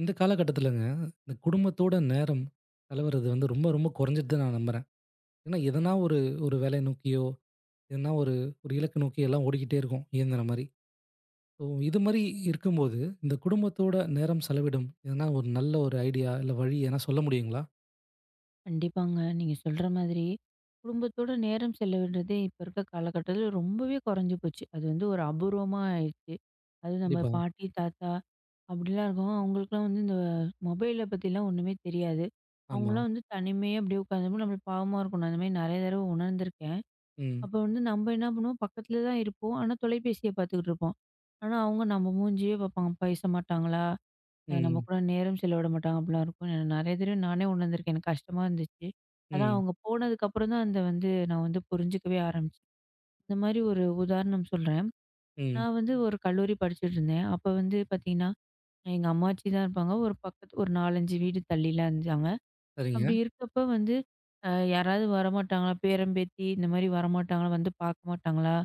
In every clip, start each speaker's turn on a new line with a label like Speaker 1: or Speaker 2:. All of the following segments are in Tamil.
Speaker 1: இந்த காலகட்டத்திலங்க, இந்த குடும்பத்தோட நேரம் செலவிடுறது வந்து ரொம்ப, ரொம்ப குறைஞ்சிட்டு தான் நான் நம்புறேன். ஏன்னா, எதனா ஒரு ஒரு வேலைய நோக்கியோ, எதனா ஒரு ஒரு இலக்கு நோக்கி எல்லாம் ஓடிக்கிட்டே இருக்கோம், இயந்திரம் மாரி. ஸோ, இது மாரி இருக்கும்போது, இந்த குடும்பத்தோட நேரம் செலவிடும் எதனா ஒரு நல்ல ஒரு ஐடியா, இல்ல வழி எதனா சொல்ல முடியுங்களா?
Speaker 2: கண்டிப்பாங்க. நீங்க சொல்ற மாதிரி, குடும்பத்தோட நேரம் செலவிடுறதே இப்ப இருக்க காலகட்டத்தில ரொம்பவே குறைஞ்சு போச்சு. அது வந்து ஒரு அபூர்வமா ஆயிடுச்சு. அது நம்ம
Speaker 1: கண்டிப்பா.
Speaker 2: பாட்டி, தாத்தா அப்படிலாம் இருக்கவங்க, அவங்களுக்கெல்லாம் வந்து இந்த மொபைல பத்திலாம் ஒண்ணுமே தெரியாது.
Speaker 1: ஆமா.
Speaker 2: அவங்கலாம் வந்து தனிமையா அப்படியே உட்காந்தப்போ நம்மளுக்கு பாவமா இருக்கும். நான் அந்த மாரி நெறைய தடவ உணர்ந்திருக்கேன்.
Speaker 1: ம்.
Speaker 2: அப்போ வந்து நம்ம என்ன பண்ணுவோம், பக்கத்தில தான் இருப்போம். ஆனா தொலைபேசிய பார்த்துக்கிட்டு இருப்போம். ஆனா அவங்க நம்ம மூஞ்சியே பார்ப்பாங்க. பேச மாட்டாங்களா? நம்ம
Speaker 1: ம்.
Speaker 2: கூட நேரம் செலவிட மாட்டாங்க அப்படிலாம் இருக்கும். நான் நெறைய தடவ நானே உணர்ந்திருக்கேன். எனக்கு கஷ்டமா இருந்துச்சு. அதான்
Speaker 1: ம்.
Speaker 2: அவங்க போனதுக்கப்புறம் தான் அந்த வந்து நான் வந்து புரிஞ்சுக்கவே ஆரம்பிச்சேன். இந்த மாரி ஒரு உதாரணம் சொல்றேன்.
Speaker 1: ம்.
Speaker 2: நான் வந்து ஒரு கல்லூரி படிச்சுட்டு இருந்தேன். அப்ப வந்து பார்த்தீங்கன்னா, எங்க அம்மாச்சி தான் இருப்பாங்க. ஒரு பக்கத்து ஒரு 4, 5 வீடு தள்ளிலாம் இருந்தாங்க.
Speaker 1: சரிங்க.
Speaker 2: அப்படி இருக்கப்ப வந்து யாராவது வரமாட்டாங்களா? பேரன், பேத்தி இந்த மாரி வரமாட்டாங்களா? வந்து பார்க்க மாட்டாங்களா?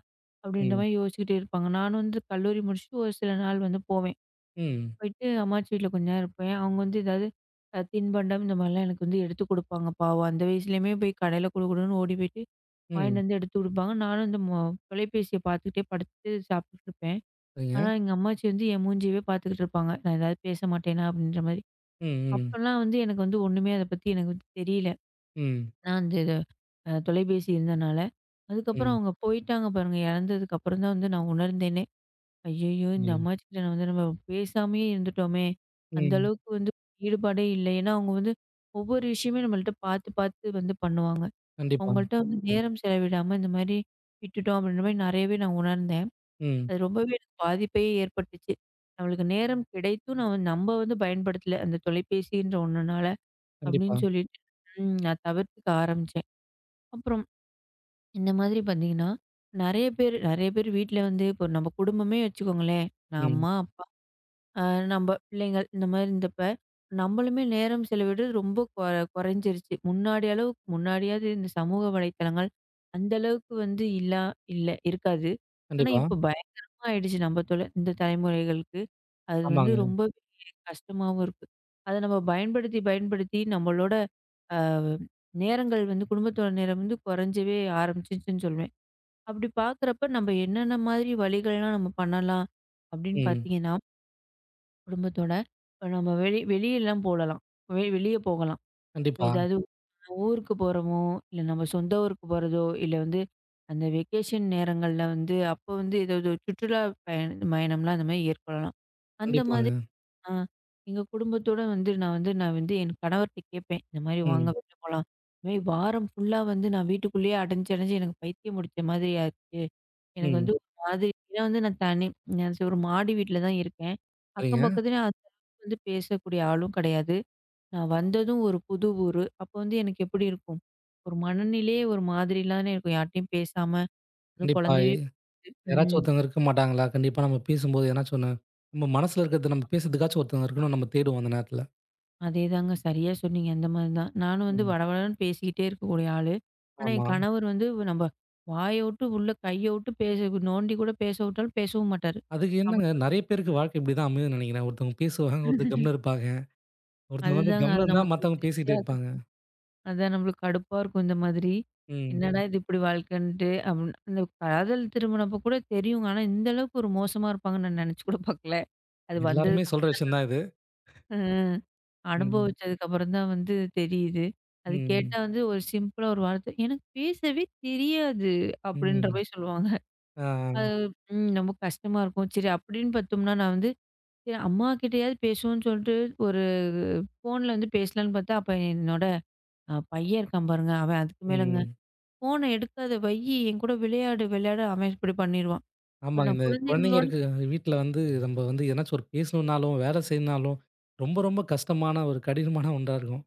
Speaker 2: அப்படின்ற
Speaker 1: ம்.
Speaker 2: மாரி யோசிச்சுக்கிட்டே இருப்பாங்க. நானும் வந்து கல்லூரி முடிச்சுட்டு ஒரு சில நாள் வந்து போவேன்.
Speaker 1: ம்.
Speaker 2: போயிட்டு அம்மாச்சி வீட்ல கொஞ்ச நேரம் இருப்பேன். அவங்க வந்து ஏதாவது தின்பண்டம் இந்த மாரிலாம் எனக்கு வந்து எடுத்து குடுப்பாங்க பாவம். அந்த வயசுலயுமே போய் கடையில குடு குடுன்னு ஓடி போயிட்டு வாங்கிட்டு
Speaker 1: ம்.
Speaker 2: வந்து எடுத்து குடுப்பாங்க. நானும் இந்த தொலைபேசிய பார்த்துக்கிட்டே படுத்து சாப்பிட்டுட்டு இருப்பேன்.
Speaker 1: சரிங்க.
Speaker 2: ஆனா எங்க அம்மாச்சி வந்து என் மூஞ்சியவே பார்த்துக்கிட்டு இருப்பாங்க. நான் ஏதாவது பேச மாட்டேனா அப்படின்ற மாரி.
Speaker 1: ம். ம்.
Speaker 2: அப்பலாம் வந்து எனக்கு வந்து ஒண்ணுமே அத பத்தி எனக்கு வந்து தெரியல.
Speaker 1: ம்.
Speaker 2: நான் அந்த இது தொலைபேசி இருந்தனால. அதுக்கப்புறம்
Speaker 1: ம்.
Speaker 2: அவங்க போயிட்டாங்க பாருங்க. இறந்ததுக்கு அப்புறம் தான் வந்து நான் உணர்ந்தேனே! ஐயய்யோ! இந்த
Speaker 1: ஐயோ!
Speaker 2: அம்மாச்சிட்ட நான் வந்து நம்ம பேசாமயே இருந்துட்டோமே! அந்த
Speaker 1: ம்.
Speaker 2: அளவுக்கு வந்து ஈடுபாடே இல்லை. ஏன்னா, அவங்க வந்து ஒவ்வொரு விஷயமும் நம்மள்ட்ட பார்த்து, பார்த்து வந்து பண்ணுவாங்க.
Speaker 1: கண்டிப்பா.
Speaker 2: அவங்கள்ட்ட வந்து நேரம் செலவிடாம இந்த மாரி விட்டுட்டோம் அப்படின்ற மாரி நெறையவே நான் உணர்ந்தேன்.
Speaker 1: ம்.
Speaker 2: அது ரொம்பவே எனக்கு பாதிப்பையே ஏற்பட்டுச்சு. நம்மளுக்கு நேரம் கிடைத்தும் நான் வந்து நம்ம வந்து பயன்படுத்தல. அந்த தொலைபேசின்ற ஒண்ணுனால
Speaker 1: கண்டிப்பா.
Speaker 2: அப்படின்னு சொல்லிட்டு, நான் தவிர்த்துக்க ஆரம்பிச்சேன். அப்புறம் இந்த மாதிரி பார்த்தீங்கன்னா, நெறைய பேர் வீட்ல வந்து இப்போ நம்ம குடும்பமே வச்சுக்கோங்களேன். நான்
Speaker 1: ம்.
Speaker 2: அம்மா, அப்பா அ நம்ப பிள்ளைங்கள் இந்த மாரி இருந்தப்ப, நம்மளுமே நேரம் செலவிடுறது ரொம்ப கொறைஞ்சிருச்சு. முன்னாடி அளவுக்கு முன்னாடியாவது இந்த சமூக வலைத்தளங்கள் அந்த அளவுக்கு வந்து இல்ல இருக்காது. ஆனா
Speaker 1: கண்டிப்பா.
Speaker 2: இப்போ பயங்கரமா ஆயிடுச்சு நம்ம இந்த தலைமுறைகளுக்கு. அது வந்து
Speaker 1: ஆமாங்க.
Speaker 2: ரொம்பவே கஷ்டமாவும் இருக்கு. அத நம்ம பயன்படுத்தி பயன்படுத்தி நம்மளோட அ நேரங்கள் வந்து குடும்பத்தோட நேரம் வந்து கொறைஞ்சவே ஆரம்பிச்சுச்சுன்னு சொல்வேன். அப்படி பார்க்குறப்ப நம்ம என்னென்ன மாதிரி வழிகள்லாம் நம்ம பண்ணலாம் அப்படின்னு
Speaker 1: ம்.
Speaker 2: பார்த்தீங்கன்னா குடும்பத்தோட. இப்ப நம்ம வெளியலாம் போடலாம். வெளிய போகலாம். இப்ப
Speaker 1: கண்டிப்பா,
Speaker 2: ஏதாவது ஊருக்கு போறோமோ, இல்ல நம்ம சொந்த ஊருக்கு போறதோ, இல்ல வந்து அந்த வெக்கேஷன் நேரங்கள்ல வந்து அப்போ வந்து ஏதாவது சுற்றுலா பயணம்லாம் அந்த மாரி ஏற்படலாம். அந்த மாதிரி
Speaker 1: கண்டிப்பாங்க.
Speaker 2: ஆ. எங்க குடும்பத்தோட வந்து நான் வந்து என் கணவர்ட்ட கேட்பேன். இந்த மாரி வாங்க ம்.
Speaker 1: ம்,
Speaker 2: வெளில போலாம். இந்த மாரி வாரம் ஃபுல்லா வந்து நான் வீட்டுக்குள்ளேயே அடைஞ்சு எனக்கு பைத்தியம் முடிச்ச மாதிரி ஆச்சு. எனக்கு
Speaker 1: ம்.
Speaker 2: வந்து ஒரு மாதிரி ஏன்னா வந்து நான் நான் சரி ஒரு மாடி வீட்ல தான் இருக்கேன். அக்கம்
Speaker 1: சரிங்க.
Speaker 2: பக்கத்துல அந்த அளவுக்கு வந்து பேசக்கூடிய ஆளும் கிடையாது. நான் வந்ததும் ஒரு புது ஊரு. அப்போ வந்து எனக்கு எப்படி இருக்கும்? ஒரு மனநிலையே ஒரு மாதிரிலாம் இருக்கும். யார்ட்டயும் பேசாம, அதுவும்
Speaker 1: கண்டிப்பா
Speaker 2: குழந்தையே
Speaker 1: யாராச்சும்
Speaker 2: ம்.
Speaker 1: ஒருத்தவங்க இருக்க மாட்டாங்களா? கண்டிப்பா நம்ம பேசும்போது ஏதாச்சும் ஒண்ணு நம்ம மனசுல இருக்கிறது நம்ம பேசுறதுக்காச்சும் ஒருத்தவங்க இருக்கணும்னு நம்ம தேடுவோம் அந்த நேரத்துல.
Speaker 2: அதேதாங்க. சரியா சொன்னீங்க. அந்த மாரி தான். நானும் வந்து
Speaker 1: ம்.
Speaker 2: வடவடன்னு பேசிக்கிட்டே இருக்கக்கூடிய ஆளு. ஆனா,
Speaker 1: ஆமா.
Speaker 2: என் கணவர் வந்து நம்ப வாய விட்டு உள்ள கைய விட்டு பேச நோண்டி கூட பேச விட்டாலும் பேசவும் மாட்டாரு.
Speaker 1: அதுக்கு என்னங்க
Speaker 2: அப்படிப்பட்ட
Speaker 1: நெறைய பேருக்கு வாழ்க்கை இப்படிதான் அமையுதுன்னு நெனைக்கிறேன். ஒருத்தவங்க பேசுவாங்க, ஒருத்தர் கம்முனு இருப்பாங்க. ஒருத்தவங்க வந்து
Speaker 2: அதுதாங்க. அது
Speaker 1: கம்முனு இருந்தா
Speaker 2: நமக்கு
Speaker 1: மத்தவங்க
Speaker 2: செட்டே
Speaker 1: பேசிட்டே
Speaker 2: ஆகாது.
Speaker 1: இருப்பாங்க.
Speaker 2: அதான் நம்மளுக்கு கடுப்பா இருக்கும் இந்த மாதிரி.
Speaker 1: ம்.
Speaker 2: என்னடா இது இப்படி வாழ்க்கைன்ட்டு அப்படின்னு. அந்த காதல் திருமணப்ப கூட தெரியுங்க. ஆனா, இந்த அளவுக்கு ஒரு மோசமா இருப்பாங்கன்னு நான் நெனச்சு கூட பாக்கல. அது
Speaker 1: எல்லாருமே சொல்ற
Speaker 2: வந்ததுக்கப்புறம்.
Speaker 1: விஷயம் தான் இது.
Speaker 2: அ.
Speaker 1: ம்,
Speaker 2: அனுபவிச்சதுக்கு அப்புறம் தான் வந்து தெரியுது. அது
Speaker 1: ம்,
Speaker 2: கேட்டா வந்து ஒரு சிம்பிளா ஒரு வார்த்தை, "எனக்கு பேசவே தெரியாது" அப்படின்ற
Speaker 1: ம்.
Speaker 2: மாரி சொல்லுவாங்க.
Speaker 1: ஆ,
Speaker 2: அது ரொம்ப கஷ்டமா இருக்கும். சரி அப்படின்னு பார்த்தோம்னா, நான் வந்து சரி அம்மா கிட்டயாவது பேசுவோம்ன்னு சொல்லிட்டு ஒரு ஃபோன்ல வந்து பேசலான்னு பார்த்தா, அப்ப என்னோட பையன் இருக்கான் பாருங்க, அவன் அதுக்கு மேலங்க.
Speaker 1: ம்.
Speaker 2: "ஃபோன எடுக்காத வையி, என் கூட விளையாடு விளையாடு" அவன் இப்படி பண்ணிருவான். இப்ப
Speaker 1: ஆமாங்க.
Speaker 2: நான்
Speaker 1: இந்த குழந்தைங்க
Speaker 2: குழந்தைங்களோட
Speaker 1: இருக்க வீட்ல வந்து நம்ம வந்து எதனாச்சும் ஒரு பேசணும்னாலும், வேலை செய்யணும்னாலும் ரொம்ப, ரொம்ப கஷ்டமான ஒரு கடினமான ஒன்றா இருக்கும்.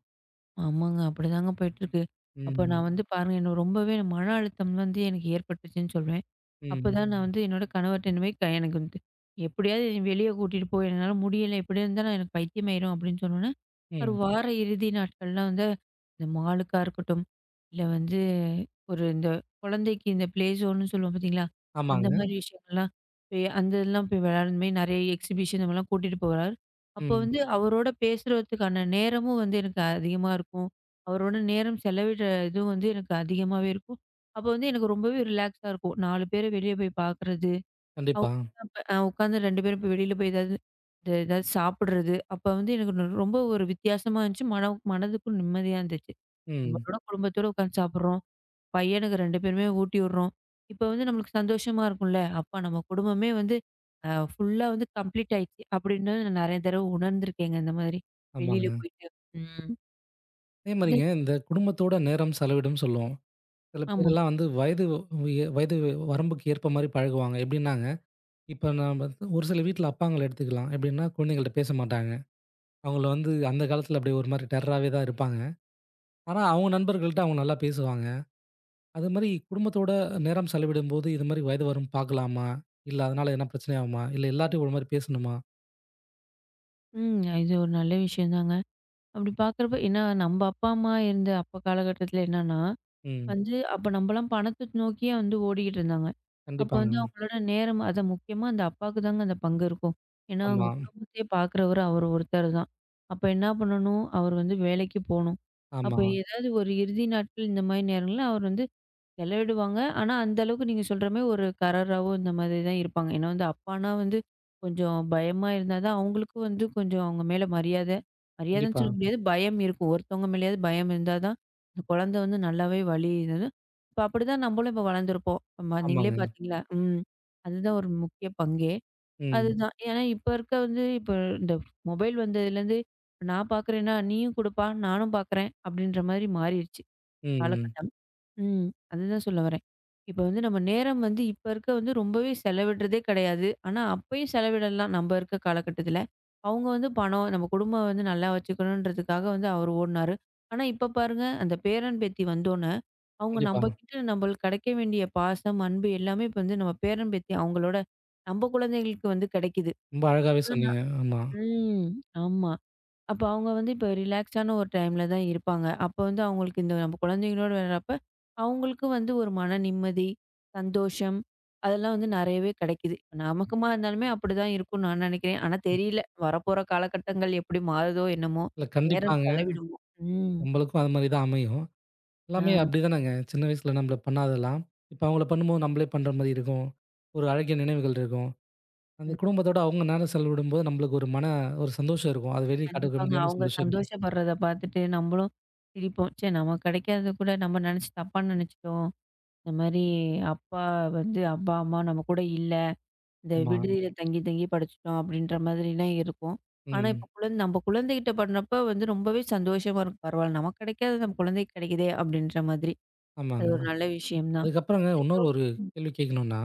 Speaker 2: ஆமாங்க. அப்படிதாங்க போயிட்டுருக்கு. அப்ப
Speaker 1: ம்.
Speaker 2: நான் ம். வந்து பாருங்க என்ன ரொம்பவே மன அழுத்தம் வந்து எனக்கு ஏற்பட்டுச்சுன்னு சொல்வேன்.
Speaker 1: ம்.
Speaker 2: அப்பதான் நான் ம். வந்து என்னோட கணவர்ட்ட இனிமே எனக்கு வந்து "எப்படியாவது என்னைய வெளிய கூட்டிட்டு போ. என்னால முடியல. இப்படியே இருந்தா நான் எனக்கு பைத்தியமாயிரும்" அப்படின்னு சொன்னோனே, ஒரு
Speaker 1: ம்.
Speaker 2: வார இறுதி நாட்கள்லாம் வந்து இந்த மாலுக்கா இருக்கட்டும், இல்ல வந்து ஒரு இந்த குழந்தைக்கு இந்த ப்ளே ஸோன்னு சொல்லுவோம் பார்த்தீங்களா? அந்த ம்.
Speaker 1: ஆமாங்க.
Speaker 2: மாரி விஷயங்கள்லாம் போய் அந்த இதெல்லாம் போய் விளையாடுற மாரி நெறைய எக்ஸிபிஷன் இந்த மாரிலாம் கூட்டிட்டு போவாரு. அப்போ
Speaker 1: ம்.
Speaker 2: வந்து அவரோட பேசுறதுக்கான நேரமும் வந்து எனக்கு அதிகமா இருக்கும். அவரோட நேரம் செலவிடுற இதுவும் வந்து எனக்கு அதிகமாவே இருக்கும். அப்போ வந்து எனக்கு ரொம்பவே ரிலாக்ஸா இருக்கும். 4 பேர வெளிய போய் பார்க்குறது,
Speaker 1: கண்டிப்பா.
Speaker 2: அவங்க உட்காந்து 2 பேரும் போய் வெளியில போய் ஏதாவது இந்த ஏதாவது சாப்பிடுறது, அப்ப வந்து எனக்கு ரொம்ப ஒரு வித்தியாசமா இருந்துச்சு. மனதுக்கும் நிம்மதியா இருந்துச்சு.
Speaker 1: ம்.
Speaker 2: நம்மளோட குடும்பத்தோட உட்காந்து சாப்பிடுறோம். பையனுக்கு 2 பேருமே ஊட்டி விடுறோம். இப்ப வந்து நம்மளுக்கு சந்தோஷமா இருக்கும்ல. அப்பா நம்ம குடும்பமே வந்து ஃபுல்லா வந்து கம்ப்ளீட் ஆயிடுச்சு. அப்படின்னு நான் நெறைய தடவ உணர்ந்திருக்கேங்க இந்த மாதிரி. வெளியில
Speaker 1: ஆமாங்க.
Speaker 2: போயிட்டு. ம்.
Speaker 1: அதே
Speaker 2: இது
Speaker 1: மாரிங்க இந்த குடும்பத்தோட நேரம் செலவிடும் சொல்லுவோம். சில
Speaker 2: ஆமா.
Speaker 1: பேரெல்லாம் வந்து வயது உய வயது வரம்புக்கு ஏற்ப மாரி பழகுவாங்க. எப்படின்னாங்க, இப்ப நாம ஒரு சில வீட்ல அப்பாங்கள எடுத்துக்கலாம். எப்படின்னா குழந்தைங்கள்ட்ட பேச மாட்டாங்க. அவங்கள வந்து அந்த காலத்துல அப்படியே ஒரு மாரி டெரராவே தான் இருப்பாங்க. ஆனா அவங்க நண்பர்கள்ட்ட அவங்க நல்லா பேசுவாங்க. அது மாரி குடும்பத்தோட நேரம் செலவிடும்போது, இது மாரி வயது வரும் பார்க்கலாமா? இல்ல அதனால எதனா பிரச்சனை ஆகுமா? இல்ல எல்லார்ட்டயும் ஒரு மாரி பேசணுமா?
Speaker 2: ம். இது ஒரு நல்ல விஷயம் தாங்க. அப்படி பார்க்குறப்ப ஏன்னா நம்ம அப்பா, அம்மா இருந்த அப்ப காலகட்டத்தில என்னன்னா,
Speaker 1: ம்.
Speaker 2: வந்து அப்ப நம்பலாம் பணத்த நோக்கியே வந்து ஓடிக்கிட்டு இருந்தாங்க. அப்ப வந்து ம்.
Speaker 1: கண்டிப்பாங்க.
Speaker 2: அவங்களோட நேரம் அத முக்கியமா அந்த அப்பாவுக்கு தாங்க அந்த பங்கு இருக்கும். ஏன்னா, அவங்க
Speaker 1: ஆமா,
Speaker 2: குடும்பத்தையே பார்க்குறவரு அவர் ஒருத்தர் தான். அப்ப என்ன பண்ணணும்? அவர் வந்து வேலைக்கு போணும். அப்ப
Speaker 1: ஆமா.
Speaker 2: ஏதாவது ஒரு இறுதி நாட்கள் இந்த மாரி நேரங்கள்ல அவர் வந்து செலவிடுவாங்க. ஆனா, அந்த அளவுக்கு நீங்க சொல்ற மாரி ஒரு கரராவோ இந்த மாதிரி தான் இருப்பாங்க. ஏன்னா வந்து அப்பான்னா வந்து கொஞ்சம் பயமா இருந்தா தான் அவங்களுக்கும் வந்து கொஞ்சம் அவங்க மேல மரியாதை. மரியாதைன்னு
Speaker 1: கண்டிப்பா.
Speaker 2: சொல்ல முடியாது. பயம் இருக்கும். ஒருத்தவங்க மேலேயாவது பயம் இருந்தா தான் அந்த குழந்தை வந்து நல்லாவே வழி இது. இப்ப அப்படிதான் நம்மளும் இப்ப வளர்ந்துருப்போம். ஆமா நீங்களே
Speaker 1: ஆமாங்க.
Speaker 2: பார்த்தீங்களா? ம். அதுதான் ஒரு முக்கிய பங்கே.
Speaker 1: ம்.
Speaker 2: அதுதான். ஏன்னா இப்ப இருக்க வந்து இப்ப இந்த மொபைல் வந்ததுலேருந்து நான் பார்க்குறேன்னா, நீயும் குடுப்பா, நானும் பார்க்குறேன் அப்படின்ற மாதிரி மாறிடுச்சு.
Speaker 1: ம், ம்.
Speaker 2: காலகட்டம். ம். அதுதான் சொல்ல வரேன். இப்ப வந்து நம்ம நேரம் வந்து இப்ப இருக்க வந்து ரொம்பவே செலவிடுறதே கிடையாது. ஆனா, அப்பயும் செலவிடலாம் நம்ப இருக்க காலகட்டத்தில. அவங்க வந்து பணம், நம்ம குடும்பம் வந்து நல்லா வச்சுக்கணுன்றதுக்காக வந்து அவரு ஓடுனாரு. ஆனா, இப்ப பாருங்க அந்த பேரன், பேத்தி வந்தோனே, அவங்க
Speaker 1: கண்டிப்பா.
Speaker 2: நம்பகிட்ட நம்பளுக்கு கிடைக்க வேண்டிய பாசம், அன்பு எல்லாமே இப்ப வந்து நம்ம பேரன், பேத்தி அவங்களோட நம்ப குழந்தைகளுக்கு வந்து கிடைக்குது.
Speaker 1: ரொம்ப அழகாவே
Speaker 2: ஆனா,
Speaker 1: சொன்னீங்க. ஆமா.
Speaker 2: ம். ஆமா. அப்ப அவங்க வந்து இப்ப ரிலாக்ஸான ஒரு டைம்ல தான் இருப்பாங்க. அப்ப வந்து அவங்களுக்கு இந்த நம்ம குழந்தைங்களோட விளையாடுறப்ப, அவங்களுக்கும் வந்து ஒரு மன நிம்மதி, சந்தோஷம் அதெல்லாம் வந்து நெறையவே கெடைக்குது. நமக்குமா இருந்தாலுமே அப்படிதான் இருக்கும்னு நான் நெனைக்கிறேன். ஆனா தெரியல. வரப்போற காலகட்டங்கள் எப்படி மாறுதோ என்னமோ?
Speaker 1: இல்ல
Speaker 2: நேரம்
Speaker 1: கண்டிப்பாங்க.
Speaker 2: செலவிடுமோ? ம்.
Speaker 1: நம்மளுக்கும் அது மாரி தான் அமையும். எல்லாமே
Speaker 2: ஆ.
Speaker 1: அப்படிதானங்க. சின்ன வயசுல நம்மள பண்ணாதெல்லாம், இப்ப அவங்கள பண்ணும்போது நம்மளே பண்ற மாரி இருக்கும். ஒரு அழகிய நினைவுகள் இருக்கும். அந்த
Speaker 2: ம்.
Speaker 1: குடும்பத்தோட அவங்க நேரம் செலவிடும்போது நம்மளுக்கு ஒரு மன ஒரு சந்தோஷம் இருக்கும். அது வெளிய காட்டிக்க
Speaker 2: கண்டிப்பாங்க.
Speaker 1: முடியாம
Speaker 2: அவங்க
Speaker 1: சந்தோஷம் இருக்கும்.
Speaker 2: சந்தோஷப்படுறத பார்த்துட்டு நம்மளும் சிரிப்போம். ச்சே! நமக்கு கிடைக்காதது கூட நம்ம நெனச்சு தப்பா நெனச்சுட்டோம். இந்த மாரி அப்பா வந்து அப்பா, அம்மா நம்ம கூட இல்ல. இந்த
Speaker 1: ஆமா.
Speaker 2: விடுதியில தங்கி தங்கி படிச்சுட்டோம் அப்படின்ற மாதிரிலாம் இருக்கும். ஆனா, இப்ப
Speaker 1: ம்.
Speaker 2: குழந்தை நம்ம குழந்தைகிட்ட பண்றப்ப வந்து ரொம்பவே சந்தோஷமா இருக்கும். பரவாயில்ல நமக்கு கிடைக்காதது நம்ம குழந்தைக்கு கிடைக்குதே அப்படின்ற மாதிரி. அது
Speaker 1: ஆமாங்க.
Speaker 2: ஒரு நல்ல விஷயம் தான்.
Speaker 1: அதுக்கப்புறங்க
Speaker 2: இது
Speaker 1: இன்னொரு
Speaker 2: தவிர்த்து
Speaker 1: ஒரு கேள்வி கேட்கணும்னா,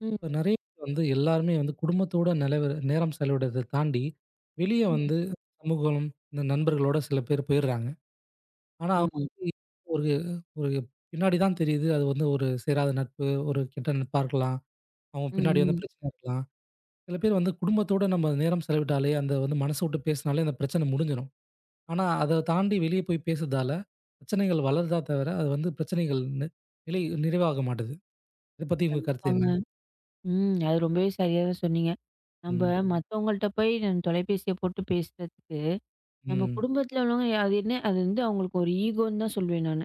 Speaker 2: ம்,
Speaker 1: இப்ப நெறைய பேர் வந்து எல்லாருமே வந்து குடும்பத்தோட நிலவு நேரம் செலவிடுறத தாண்டி, வெளிய
Speaker 2: ம்.
Speaker 1: வந்து சமூகம், இந்த நண்பர்களோட சில பேர் போயிடுறாங்க. ஆனா
Speaker 2: ஆமா.
Speaker 1: ஒரு ஒரு பின்னாடி தான் தெரியுது. அது வந்து ஒரு சேராத நட்பு, ஒரு கெட்ட நட்பா இருக்கலாம். அவங்க
Speaker 2: ம்,
Speaker 1: பின்னாடி வந்து
Speaker 2: ம்.
Speaker 1: பிரச்சனை இருக்கலாம். சில பேர் வந்து குடும்பத்தோட நம்ம நேரம் செலவிட்டாலே, அந்த வந்து மனச விட்டு பேசினாலே அந்த பிரச்சனை முடிஞ்சிரும். ஆனா அத தாண்டி வெளிய போய் பேசுறதால, பிரச்சனைகள் வளருதா தவிர, அது வந்து பிரச்சனைகள் நிலை நிறைவாக மாட்டுது. இத பத்தி உங்க கருத்து
Speaker 2: கண்டிப்பாங்க.
Speaker 1: என்ன?
Speaker 2: ம். அது ரொம்பவே சரியா தான் சொன்னீங்க. நம்ப
Speaker 1: ம்,
Speaker 2: மத்தவங்கள்ட்ட போய் நம் தொலைபேசிய போட்டு பேசுறதுக்கு, நம்ம
Speaker 1: ம்,
Speaker 2: குடும்பத்தில உள்ளவங்க அது என்ன அது வந்து அவங்களுக்கு ஒரு ஈகோன்னு தான் சொல்வேன் நானு.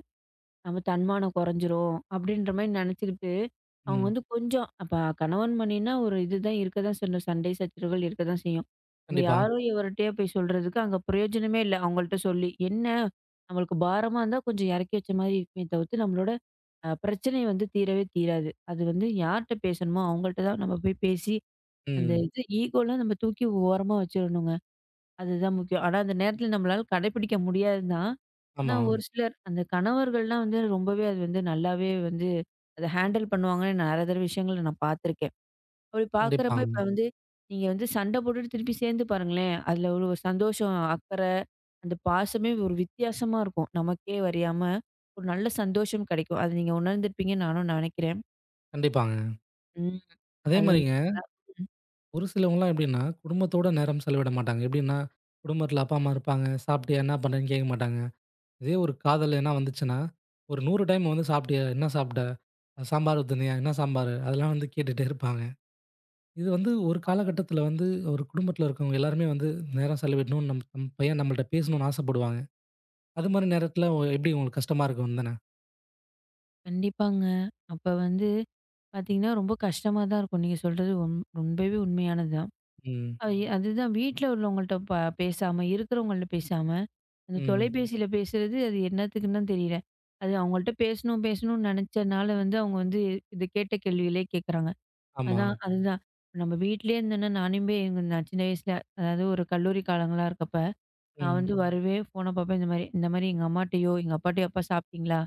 Speaker 2: நம்ம தன்மானம் குறைஞ்சிரும் அப்படின்ற மாரி நினச்சுக்கிட்டு, அவங்க
Speaker 1: ம்.
Speaker 2: வந்து கொஞ்சம் அப்ப கணவன் மனைவினா ஒரு இதுதான் இருக்க தான் செய்யும். சண்டை சச்சரவுகள் இருக்க தான் செய்யும். நம்ம
Speaker 1: கண்டிப்பா.
Speaker 2: யாரோ எவர்ட்டயோ போய் சொல்றதுக்கு அங்க பிரயோஜனமே இல்ல. அவங்கள்ட்ட சொல்லி. என்ன நம்மளுக்கு பாரமா இருந்தா கொஞ்சம் இறக்கி வச்ச மாரி இருக்குமே தவிர்த்து, நம்மளோட பிரச்சனை வந்து தீரவே தீராது. அது வந்து யார்ட்ட பேசணுமோ அவங்கள்ட்ட தான் நம்ம போய் பேசி, அந்த
Speaker 1: ம்.
Speaker 2: இது ஈகோலாம் நம்ம தூக்கி ஓரமா வச்சிரணுங்க. அதுதான் முக்கியம். ஆனா, அந்த நேரத்துல நம்மளால கடைபிடிக்க முடியாது தான். ஆனா,
Speaker 1: ஆமா.
Speaker 2: ஒரு சிலர் அந்த கணவர்கள்லாம் வந்து ரொம்பவே அது வந்து நல்லாவே வந்து அத ஹேண்டில் பண்ணுவாங்கன்னு நெறைய தடவ விஷயங்கள நான் பார்த்துருக்கேன். அப்படி பார்க்குறப்ப
Speaker 1: கண்டிப்பாங்க,
Speaker 2: இப்ப வந்து நீங்க வந்து சண்டை போட்டுட்டு திருப்பி சேர்ந்து பாருங்களேன். அதுல ஒரு ஒரு சந்தோஷம், அக்கறை, அந்த பாசமே ஒரு வித்தியாசமா இருக்கும். நமக்கே அறியாம ஒரு நல்ல சந்தோஷம் கிடைக்கும். அது நீங்க உணர்ந்திருப்பீங்கன்னு நானும் நினைக்கிறேன்.
Speaker 1: கண்டிப்பாங்க.
Speaker 2: ம்.
Speaker 1: அதே
Speaker 2: அது வந்து
Speaker 1: மாரிங்க, ஒரு சிலவங்கலாம் எப்டின்னா, குடும்பத்தோட நேரம் செலவிட மாட்டாங்க. எப்டின்னா, குடும்பத்தில அப்பா, அம்மா இருப்பாங்க. "சாப்பிட்டியா? என்ன பண்றேன்னு?" கேட்க மாட்டாங்க. இதே ஒரு காதல் எதுனா வந்துச்சுன்னா, ஒரு 100 டைம் வந்து, "சாப்பிட்டியா? என்ன சாப்பிட்ட? சாம்பார் ஊத்துனியா? என்ன சாம்பார்?" அதெல்லாம் வந்து கேட்டுட்டே இருப்பாங்க. இது வந்து ஒரு காலகட்டத்தில வந்து, ஒரு குடும்பத்தில இருக்கவங்க எல்லாருமே வந்து நேரம் செலவிடணும். நம் நம் பையன் நம்மள்ட்ட பேசணும்னு ஆசைப்படுவாங்க. அது மாரி நேரத்தில எப்டி உங்களுக்கு கஷ்டமா இருக்கும் தானே?
Speaker 2: கண்டிப்பாங்க. அப்ப வந்து பார்த்தீங்கன்னா, ரொம்ப கஷ்டமா தான் இருக்கும். நீங்க சொல்றது ரொம்பவே உண்மையானது தான்.
Speaker 1: ம்,
Speaker 2: அது அதுதான் வீட்ல உள்ளவங்கள்ட்ட பேசாம, இருக்கிறவங்கள்ட்ட பேசாம, அந்த
Speaker 1: ம்.
Speaker 2: தொலைபேசியில பேசுறது அது என்னத்துக்குன்னு தான் தெரியல. அது அவங்கள்ட்ட பேசணும்னு நெனச்சனால வந்து அவங்க வந்து இது கேட்ட கேள்விகளே கேட்குறாங்க.
Speaker 1: ஆமா.
Speaker 2: அதான் அதுதான். நம்ம வீட்லயே இருந்தோம்னா நானுமே எங்க நான் சின்ன வயசுல அதாவது ஒரு கல்லூரி காலங்களா இருக்கப்ப, நான்
Speaker 1: ம்.
Speaker 2: வந்து வருவேன், ஃபோன பார்ப்பேன் இந்த மாரி. இந்த மாரி எங்க அம்மாட்டயோ, எங்க அப்பாட்டயோ, "அப்பா சாப்பிட்டீங்களா?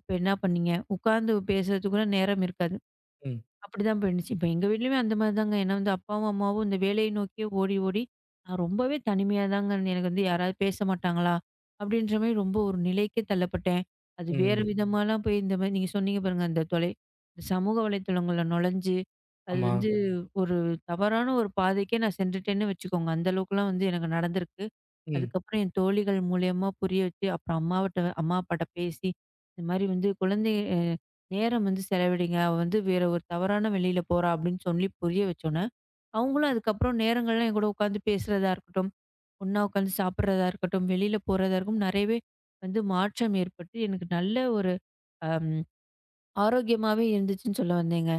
Speaker 2: இப்ப என்ன பண்ணீங்க?" உட்கார்ந்து பேசுறதுக்கு கூட நேரம் இருக்காது.
Speaker 1: ம்.
Speaker 2: அப்படிதான் போயிருந்துச்சு. இப்ப எங்க வீட்லயுமே அந்த மாரி தாங்க. ஏன்னா வந்து அப்பாவும், அம்மாவும் இந்த வேலையை நோக்கியே ஓடி, ஓடி நான் ரொம்பவே தனிமையா தாங்க இருந்தேன். எனக்கு வந்து யாராவது பேச மாட்டாங்களா? அப்படின்ற மாரி ரொம்ப ஒரு நிலைக்கே தள்ளப்பட்டேன். அது வேற
Speaker 1: ம்.
Speaker 2: விதமாலாம் போய் இந்த மாரி நீங்க சொன்னீங்க பாருங்க, அந்த இந்த சமூக வலைத்தளங்கள்ல நுழைஞ்சு, அது
Speaker 1: ஆமா.
Speaker 2: வந்து ஒரு தவறான ஒரு பாதைக்கே நான் சென்றுட்டேன்னு வச்சுக்கோங்க. அந்த அளவுக்குலாம் வந்து எனக்கு நடந்திருக்கு.
Speaker 1: ம்.
Speaker 2: அதுக்கப்புறம் என் தோழிகள் மூலியமா புரிய வச்சு, அப்புறம் அம்மாவிட்ட அம்மா, அப்பாட்ட பேசி, இந்த மாரி வந்து குழந்தை நேரம் வந்து செலவிடுங்க. அவ வந்து வேற ஒரு தவறான வழியில போறா அப்படின்னு சொல்லி புரிய வச்சோன்னே, அவங்களும் அதுக்கப்புறம் நேரங்கள்லாம் என் கூட உட்காந்து பேசுறதா இருக்கட்டும், ஒண்ணா உட்காந்து சாப்பிடுறதா இருக்கட்டும், வெளியில போறதா இருக்கும், நிறையவே வந்து மாற்றம் ஏற்பட்டு எனக்கு நல்ல ஒரு அம் ஆரோக்கியமாவே இருந்துச்சுன்னு சொல்ல வந்தேங்க.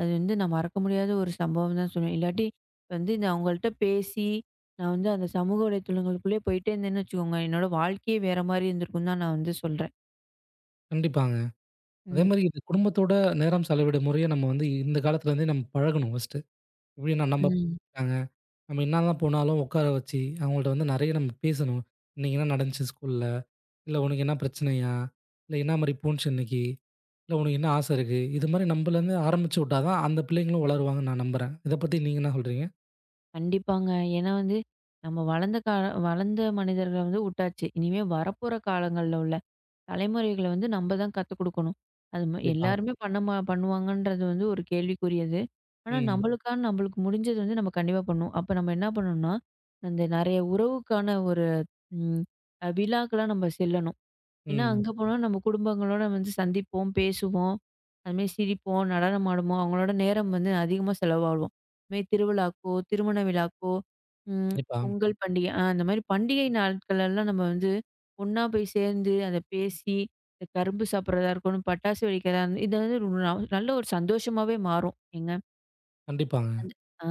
Speaker 2: அது வந்து நான் மறக்க முடியாத ஒரு சம்பவம் தான் சொல்லுவேன். இல்லாட்டி வந்து நான் அவங்கள்ட்ட பேசி, நான் வந்து அந்த சமூக வலைத்தளங்களுக்குள்ளேயே போயிட்டே இருந்தேன்னு வச்சுக்கோங்க, என்னோட வாழ்க்கையே வேற மாரி இருந்திருக்கும்னு தான் நான் வந்து சொல்றேன்.
Speaker 1: கண்டிப்பாங்க. அதே
Speaker 2: ம்.
Speaker 1: மாரி இது குடும்பத்தோட நேரம் செலவிட முறைய நம்ம வந்து இந்த காலத்துல இருந்தே நம்ம பழகணும் ஃபர்ஸ்ட்டு. எப்படின்னா நம்ம
Speaker 2: ம்.
Speaker 1: இருக்காங்க. நம்ம என்னதான் போனாலும் உட்கார வச்சு, அவங்கள்ட்ட வந்து நெறைய நம்ம பேசணும். இன்னைக்கு என்ன நடந்துச்சு ஸ்கூல்ல? இல்ல உனக்கு என்ன பிரச்சனையா? இல்ல என்ன மாரி போணுச்சு இன்னைக்கு? இல்ல உனக்கு என்ன ஆசை இருக்கு? இது மாரி நம்பலேருந்து ஆரம்பிச்சு விட்டா தான் அந்த பிள்ளைங்களும் வளருவாங்கன்னு நான் நம்புறேன். இத பத்தி நீங்க என்ன சொல்றீங்க?
Speaker 2: கண்டிப்பாங்க. ஏன்னா வந்து நம்ம வளர்ந்த மனிதர்கள வந்து உட்டாச்சு. இனிமே வரப்போற காலங்கள்ல உள்ள தலைமுறைகள வந்து நம்ம தான் கத்துக் குடுக்கணும். அது
Speaker 1: கண்டிப்பா.
Speaker 2: எல்லாருமே பண்ணுவாங்கன்றது வந்து ஒரு கேள்விக்குரியது. ஆனா
Speaker 1: ம்.
Speaker 2: நம்மளுக்கான நம்மளுக்கு முடிஞ்சது வந்து நம்ம கண்டிப்பா பண்ணுவோம். அப்ப நம்ம என்ன பண்ணணும்னா, அந்த நெறைய உறவுக்கான ஒரு ம் விழாக்கெல்லாம் நம்ம செல்லணும். ஏன்னா,
Speaker 1: ம்.
Speaker 2: அங்க போனா நம்ம குடும்பங்களோட வந்து சந்திப்போம், பேசுவோம். அதுமாரி சிரிப்போம், நடனம் ஆடுவோம். அவங்களோட நேரம் வந்து அதிகமா செலவாடுவோம். இதுமாரி திருவிழாக்கோ, திருமண விழாக்கோ, ம்
Speaker 1: கண்டிப்பா.
Speaker 2: பொங்கல் பண்டிகை அந்த மாரி பண்டிகை நாட்கள் எல்லாம் நம்ம வந்து ஒண்ணா போய் சேர்ந்து, அத பேசி, இந்த கரும்பு சாப்பிட்றதா இருக்கட்டும், பட்டாசு வெடிக்கிறதா இருந்து இது வந்து ஒரு நல்ல ஒரு சந்தோஷமாவே மாறும். எங்க
Speaker 1: கண்டிப்பாங்க.
Speaker 2: அந்த ஆ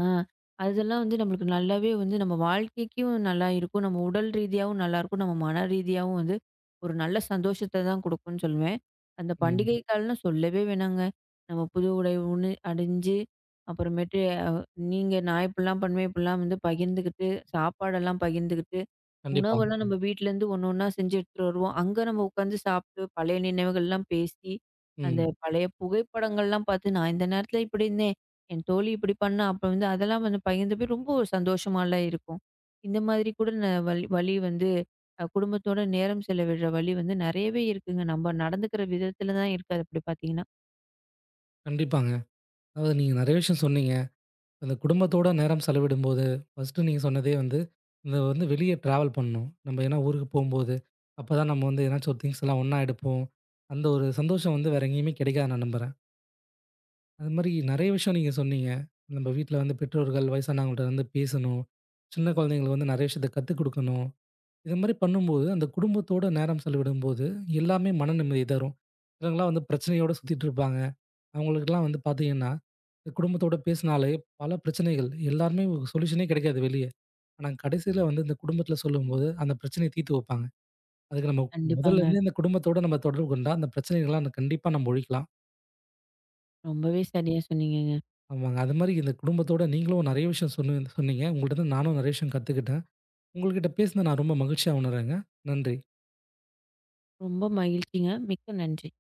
Speaker 2: அதெல்லாம் வந்து நம்மளுக்கு நல்லாவே வந்து நம்ம வாழ்க்கைக்கும் நல்லா இருக்கும். நம்ம உடல் ரீதியாவும் நல்லாயிருக்கும். நம்ம மன ரீதியாவும் வந்து ஒரு நல்ல சந்தோஷத்த தான் குடுக்கும்ன்னு சொல்லுவேன். அந்த
Speaker 1: ம்.
Speaker 2: பண்டிகை காலம்னா சொல்லவே வேணாங்க. நம்ம புது உணு அணிஞ்சு, அப்புறமேட்டு அ நீங்க நான் இப்படிலாம் பண்ணுவேன், இப்படிலாம் வந்து பகிர்ந்துக்கிட்டு, சாப்பாடெல்லாம் பகிர்ந்துக்கிட்டு
Speaker 1: கண்டிப்பா.
Speaker 2: உணவெல்லாம் ம். நம்ம வீட்லேருந்து ஒண்ணு ஒண்ணா செஞ்சு எடுத்துட்டு வருவோம். அங்க நம்ம உட்காந்து சாப்பிட்டு, பழைய நினைவுகள்லாம் பேசி, அந்த
Speaker 1: ம்.
Speaker 2: பழைய புகைப்படங்கள்லாம் பார்த்து, நான் இந்த நேரத்துல இப்படி இருந்தேன். என் தோழி இப்படி பண்ணா. அப்ப வந்து அதெல்லாம் வந்து பகிர்ந்து போய் ரொம்ப ஒரு சந்தோஷமாலாம் இருக்கும். இந்த மாதிரி கூட வழி வழி வந்து குடும்பத்தோட நேரம் செலவிடுற வழி வந்து நெறையவே இருக்குங்க. நம்ம நடந்துக்கிற விதத்துல தான் இருக்கு அது அப்படி பார்த்தீங்கன்னா.
Speaker 1: கண்டிப்பாங்க. அதாவது நீங்க நெறைய விஷயம் சொன்னீங்க. அந்த குடும்பத்தோட நேரம் செலவிடும்போது, ஃபர்ஸ்ட்டு நீங்க சொன்னதே வந்து, இந்த வந்து வெளிய ட்ராவல் பண்ணணும். நம்ம ஏன்னா ஊருக்கு போம்போது, அப்பதான் நம்ம வந்து ஏதனாச்சும் ஒரு திங்ஸ் எல்லாம் ஒண்ணா எடுப்போம். அந்த ஒரு சந்தோஷம் வந்து வேற எங்கேயுமே கிடைக்காது நான் நம்புறேன். அது மாரி நெறைய விஷயம் நீங்க சொன்னீங்க. நம்ம வீட்ல வந்து பெற்றோர்கள், வயசானவங்கள்ட்ட வந்து பேசணும். சின்ன குழந்தைங்களுக்கு வந்து நெறைய விஷயத்த கத்துக் குடுக்கணும். இது மாரி பண்ணும்போது, அந்த குடும்பத்தோட நேரம் செலவிடும்போது, எல்லாமே மன நிம்மதி தரும். இவங்கலாம் வந்து பிரச்சனையோட சுத்திட்டு இருப்பாங்க. அவங்களுக்கெல்லாம் வந்து பார்த்தீங்கன்னா, இந்த குடும்பத்தோட பேசினாலே பல பிரச்சனைகள் எல்லாருமே சொல்யூஷனே கிடைக்காது வெளிய. ஆனா கடைசியில வந்து இந்த குடும்பத்தில சொல்லும்போது, அந்த பிரச்சனைய தீர்த்து வைப்பாங்க. அதுக்கு நம்ம
Speaker 2: கண்டிப்பாங்க.
Speaker 1: முதல்லருந்தே இந்த குடும்பத்தோட நம்ம தொடர்பு கொண்டா, அந்த பிரச்சனைகள்லாம் கண்டிப்பா நம்ம ஒழிக்கலாம்.
Speaker 2: ரொம்பவே சரியா சொன்னீங்கங்க.
Speaker 1: ஆமாங்க. அதுமாரி இந்த குடும்பத்தோட நீங்களும் நிறைய விஷயம் சொன்னீங்க. உங்கள்ட்ட இருந்து நானும் நிறைய விஷயம் கத்துக்கிட்டேன். உங்கள்கிட்ட பேசினது நான் ரொம்ப மகிழ்ச்சியா உணர்றேங்க. நன்றி.
Speaker 2: ரொம்ப மகிழ்ச்சிங்க. மிக்க நன்றி.